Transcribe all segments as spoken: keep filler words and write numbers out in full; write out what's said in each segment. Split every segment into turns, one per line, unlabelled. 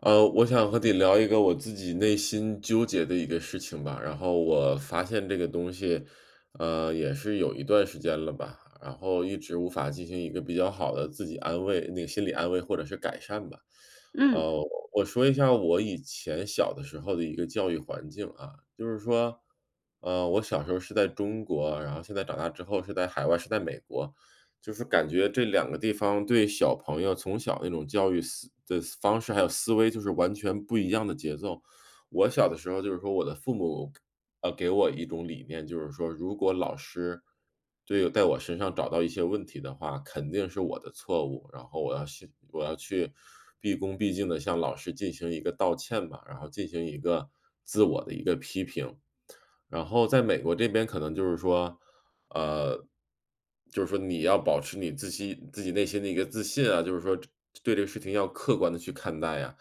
呃，我想和你聊一个我自己内心纠结的一个事情吧。然后我发现这个东西，呃，也是有一段时间了吧，然后一直无法进行一个比较好的自己安慰，那个心理安慰或者是改善吧。
嗯，
呃，我说一下我以前小的时候的一个教育环境啊，就是说，呃，我小时候是在中国，然后现在长大之后是在海外，是在美国。就是感觉这两个地方对小朋友从小那种教育思的方式，还有思维就是完全不一样的节奏。我小的时候就是说我的父母，呃，给我一种理念，就是说如果老师对在我身上找到一些问题的话，肯定是我的错误，然后我要去我要去毕恭毕敬的向老师进行一个道歉吧，然后进行一个自我的一个批评。然后在美国这边可能就是说，呃，就是说你要保持你自己自己内心的一个自信啊，就是说对这个事情要客观的去看待呀。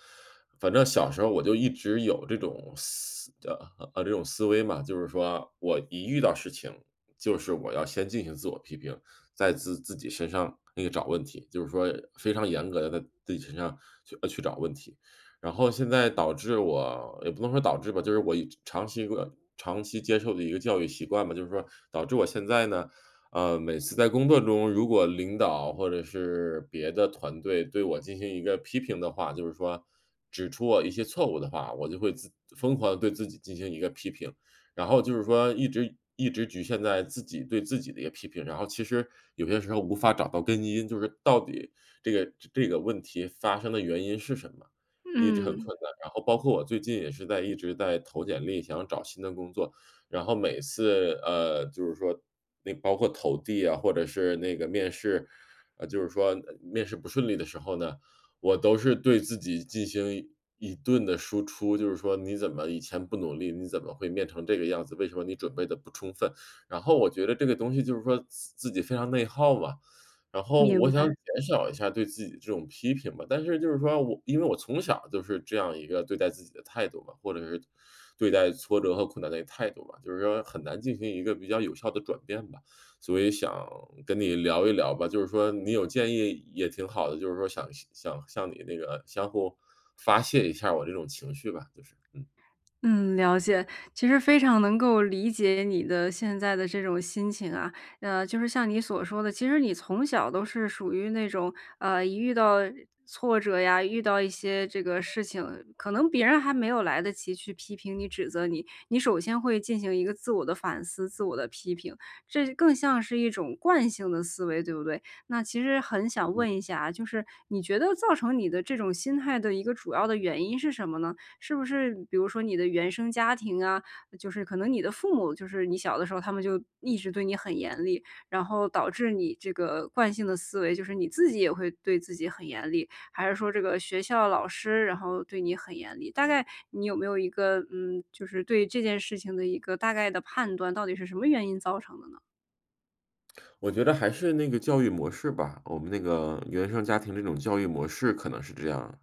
反正小时候我就一直有这种思呃，呃，这种思维嘛，就是说我一遇到事情，就是我要先进行自我批评，在自自己身上那个找问题，就是说非常严格的在自己身上去呃，去找问题。然后现在导致我也不能说导致吧，就是我一长期一个长期接受的一个教育习惯吧，就是说导致我现在呢，呃，每次在工作中，如果领导或者是别的团队对我进行一个批评的话，就是说指出我一些错误的话，我就会自疯狂的对自己进行一个批评，然后就是说一直一直局限在自己对自己的一个批评，然后其实有些时候无法找到根因，就是到底这个这个问题发生的原因是什么？一直很困
嗯，
难。然后包括我最近也是在一直在投简历，想找新的工作，然后每次，呃，就是说那包括投递啊，或者是那个面试，呃，就是说，呃面试不顺利的时候呢，我都是对自己进行一顿的输出，就是说你怎么以前不努力，你怎么会变成这个样子？为什么你准备的不充分？然后我觉得这个东西就是说自自己非常内耗嘛，然后我
明
想
白。
减少一下对自己的这种批评吧，但是就是说我因为我从小就是这样一个对待自己的态度嘛，或者是对待挫折和困难的态度嘛，就是说很难进行一个比较有效的转变吧。所以想跟你聊一聊吧，就是说你有建议也挺好的，就是说想想向你那个相互发泄一下我这种情绪吧，就是，嗯
嗯，了解。其实非常能够理解你的现在的这种心情啊，呃，就是像你所说的，其实你从小都是属于那种，呃，一遇到挫折呀，遇到一些这个事情，可能别人还没有来得及去批评你、指责你，你首先会进行一个自我的反思、自我的批评，这更像是一种惯性的思维，对不对？那其实很想
嗯。
问一下啊，就是你觉得造成你的这种心态的一个主要的原因是什么呢？是不是比如说你的原生家庭啊，就是可能你的父母，就是你小的时候他们就一直对你很严厉，然后导致你这个惯性的思维，就是你自己也会对自己很严厉，还是说这个学校老师然后对你很严厉？大概你有没有一个嗯，就是对这件事情的一个大概的判断，到底是什么原因造成的呢？
我觉得还是那个教育模式吧，我们那个原生家庭这种教育模式可能是这样，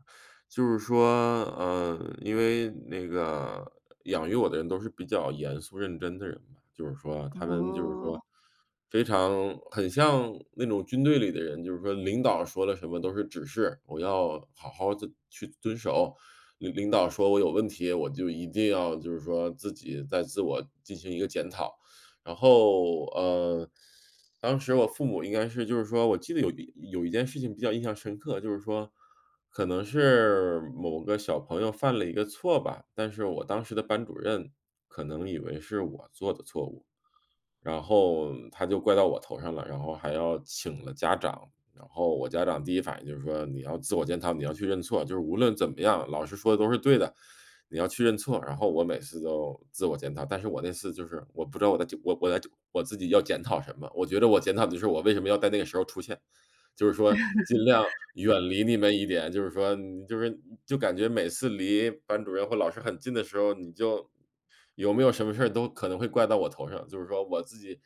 就是说，呃，因为那个养育我的人都是比较严肃认真的人嘛，就是说他们就是说
哦。
非常很像那种军队里的人，就是说领导说了什么都是指示，我要好好的去遵守。领领导说我有问题，我就一定要就是说自己在自我进行一个检讨。然后，呃，当时我父母应该是就是说我记得有一有一件事情比较印象深刻，就是说可能是某个小朋友犯了一个错吧，但是我当时的班主任可能以为是我做的错误，然后他就怪到我头上了，然后还要请了家长。然后我家长第一反应就是说：“你要自我检讨，你要去认错，就是无论怎么样，老师说的都是对的，你要去认错。”然后我每次都自我检讨，但是我那次就是我不知道我在我我在我自己要检讨什么，我觉得我检讨的就是我为什么要在那个时候出现。就是说尽量远离你们一点，就是说你就是就感觉每次离班主任或老师很近的时候，你就有没有什么事儿都可能会怪到我头上。就是说我自己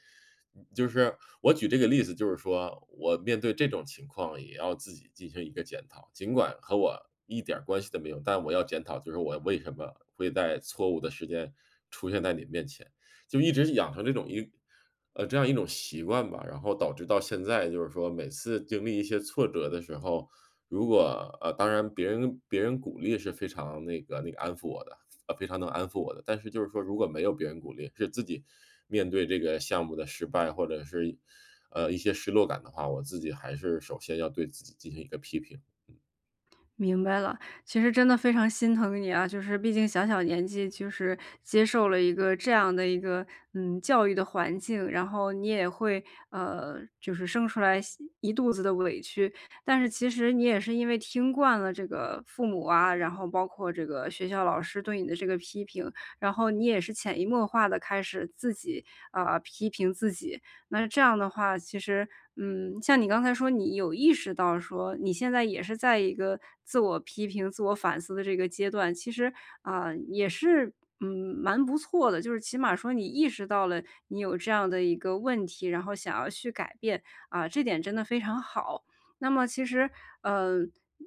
就是我举这个例子，就是说我面对这种情况也要自己进行一个检讨，尽管和我一点儿关系都没有，但我要检讨，就是我为什么会在错误的时间出现在你面前，就一直养成这种一呃，这样一种习惯吧，然后导致到现在就是说每次经历一些挫折的时候，如果呃，当然别人别人鼓励是非常那个那个安抚我的，呃，非常能安抚我的。但是就是说，如果没有别人鼓励，是自己面对这个项目的失败或者是呃一些失落感的话，我自己还是首先要对自己进行一个批评。
明白了，其实真的非常心疼你啊，就是毕竟小小年纪，就是接受了一个这样的一个嗯教育的环境，然后你也会呃，就是生出来西一肚子的委屈。但是其实你也是因为听惯了这个父母啊，然后包括这个学校老师对你的这个批评，然后你也是潜移默化的开始自己啊、批评自己，那这样的话，其实，嗯，像你刚才说，你有意识到说你现在也是在一个自我批评、自我反思的这个阶段，其实啊，也是，嗯，蛮不错的。就是起码说你意识到了你有这样的一个问题，然后想要去改变，啊，这点真的非常好。那么其实，呃，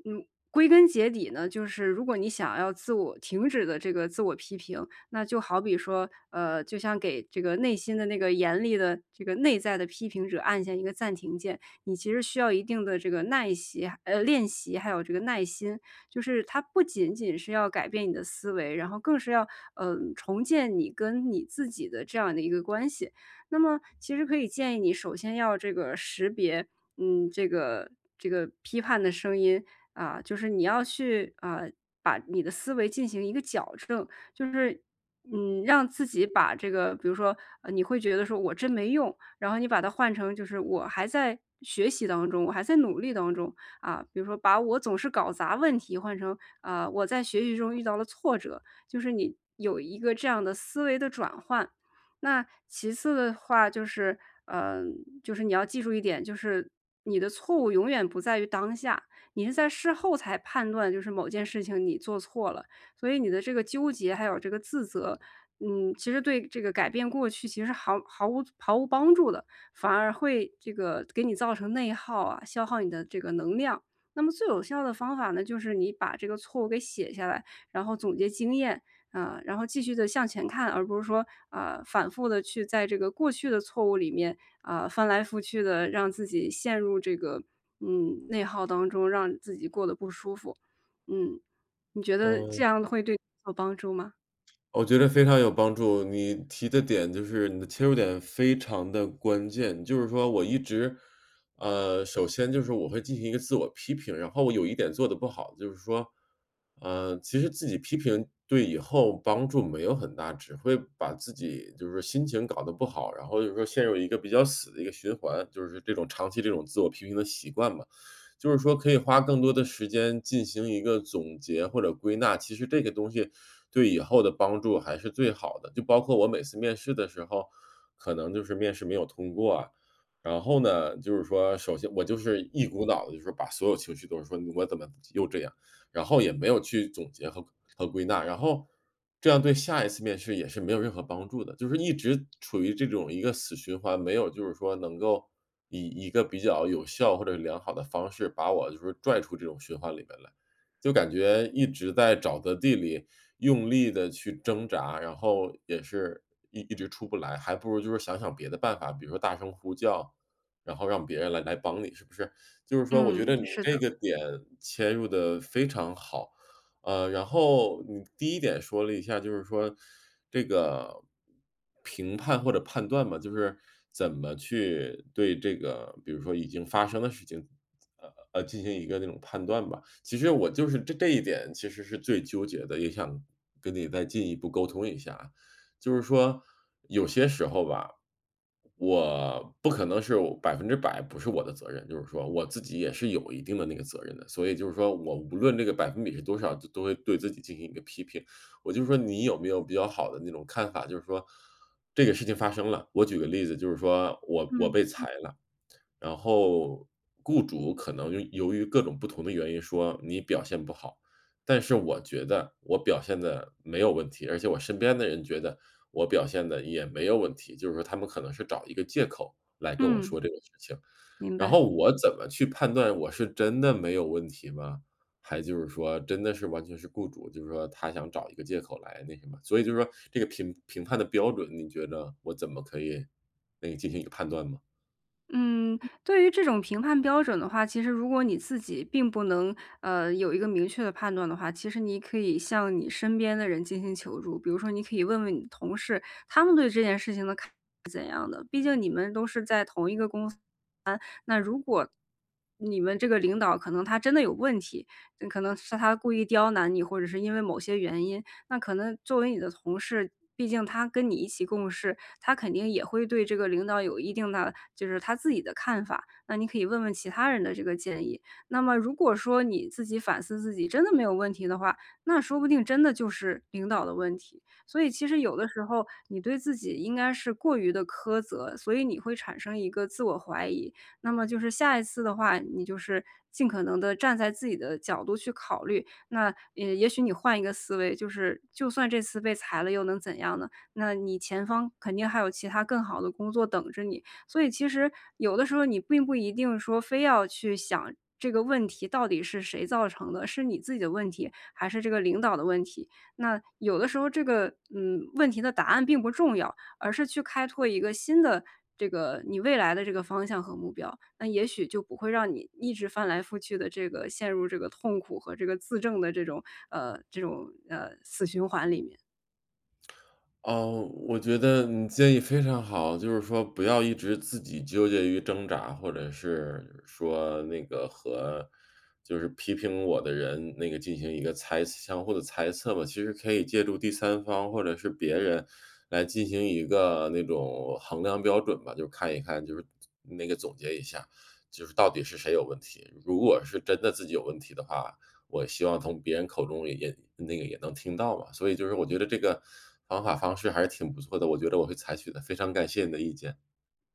嗯，归根结底呢，就是如果你想要自我停止的这个自我批评，那就好比说，呃，就像给这个内心的那个严厉的这个内在的批评者按下一个暂停键，你其实需要一定的这个耐习，呃，练习，还有这个耐心。就是它不仅仅是要改变你的思维，然后更是要，呃，重建你跟你自己的这样的一个关系。那么其实可以建议你首先要这个识别，嗯，这个这个批判的声音啊，就是你要去啊，把你的思维进行一个矫正，就是嗯，让自己把这个比如说，呃，你会觉得说我真没用，然后你把它换成就是我还在学习当中，我还在努力当中。啊，比如说把我总是搞砸问题换成，啊，呃我在学习中遇到了挫折，就是你有一个这样的思维的转换。那其次的话就是，呃，就是你要记住一点，就是你的错误永远不在于当下，你是在事后才判断，就是某件事情你做错了。所以你的这个纠结还有这个自责，嗯，其实对这个改变过去其实毫毫无毫无帮助的，反而会这个给你造成内耗啊，消耗你的这个能量。那么最有效的方法呢，就是你把这个错误给写下来，然后总结经验，啊、然后继续的向前看，而不是说啊、反复的去在这个过去的错误里面啊、翻来覆去的让自己陷入这个嗯内耗当中，让自己过得不舒服。嗯，你觉得这
嗯，
样会对你有帮助吗？
我觉得非常有帮助，你提的点就是你的切入点非常的关键。就是说我一直，呃，首先就是我会进行一个自我批评，然后我有一点做的不好，就是说，呃，其实自己批评对以后帮助没有很大，只会把自己就是说心情搞得不好，然后就是说陷入一个比较死的一个循环，就是这种长期这种自我批评的习惯嘛。就是说可以花更多的时间进行一个总结或者归纳，其实这个东西对以后的帮助还是最好的。就包括我每次面试的时候，可能就是面试没有通过啊，然后呢，就是说首先我就是一股脑的，就是说把所有情绪都是说我怎么又这样，然后也没有去总结和和归纳，然后这样对下一次面试也是没有任何帮助的，就是一直处于这种一个死循环，没有就是说能够以一个比较有效或者良好的方式把我就是拽出这种循环里面来。就感觉一直在沼泽地里用力的去挣扎，然后也是一一直出不来，还不如就是想想别的办法，比如说大声呼叫，然后让别人来来帮你，是不是？就是说我觉得
嗯，
你
是
这
的，
个点切入的非常好。呃，然后你第一点说了一下，就是说这个评判或者判断嘛，就是怎么去对这个，比如说已经发生的事情，呃呃，进行一个那种判断吧。其实我就是这这一点其实是最纠结的，也想跟你再进一步沟通一下啊就是说有些时候吧，我不可能是百分之百不是我的责任，就是说我自己也是有一定的那个责任的。所以就是说我无论这个百分比是多少，都都会对自己进行一个批评。我就说你有没有比较好的那种看法，就是说这个事情发生了，我举个例子，就是说我我
嗯，
被裁嗯了，然后雇主可能由由于各种不同的原因说你表现不好，但是我觉得我表现的没有问题，而且我身边的人觉得我表现的也没有问题，就是说他们可能是找一个借口来跟我
嗯，
说这个事情。
明
然
白。
后我怎么去判断我是真的没有问题吗？还就是说真的是完全是雇主，就是说他想找一个借口来那什么，所以就是说这个评评判的标准，你觉得我怎么可以那个进行一个判断吗？
嗯，对于这种评判标准的话，其实如果你自己并不能，呃，有一个明确的判断的话，其实你可以向你身边的人进行求助。比如说，你可以问问你的同事，他们对这件事情的看法是怎样的。毕竟你们都是在同一个公司，那如果你们这个领导可能他真的有问题，嗯可能是他故意刁难你，或者是因为某些原因，那可能作为你的同事，毕竟他跟你一起共事，他肯定也会对这个领导有一定的就是他自己的看法。那你可以问问其他人的这个建议。那么如果说你自己反思自己真的没有问题的话，那说不定真的就是领导的问题。所以其实有的时候你对自己应该是过于的苛责，所以你会产生一个自我怀疑，那么就是下一次的话，你就是尽可能的站在自己的角度去考虑，那也也许你换一个思维，就是就算这次被裁了又能怎样呢？那你前方肯定还有其他更好的工作等着你。所以其实有的时候你并不一定说非要去想这个问题到底是谁造成的，是你自己的问题，还是这个领导的问题。那有的时候这个，嗯，问题的答案并不重要，而是去开拓一个新的这个你未来的这个方向和目标，那也许就不会让你一直翻来覆去的这个陷入这个痛苦和这个自证的这种呃，这种，呃，死循环里面。
哦，我觉得你建议非常好，就是说不要一直自己纠结于挣扎，或者是说那个和就是批评我的人那个进行一个猜相互的猜测吧。其实可以借助第三方或者是别人来进行一个那种衡量标准吧，就看一看，就是那个总结一下，就是到底是谁有问题。如果是真的自己有问题的话，我希望从别人口中也也那个也能听到嘛。所以就是我觉得这个方法方式还是挺不错的，我觉得我会采取的，非常感谢你的意见。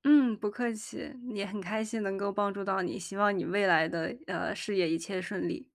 嗯，不客气，也很开心能够帮助到你，希望你未来的，呃，事业一切顺利。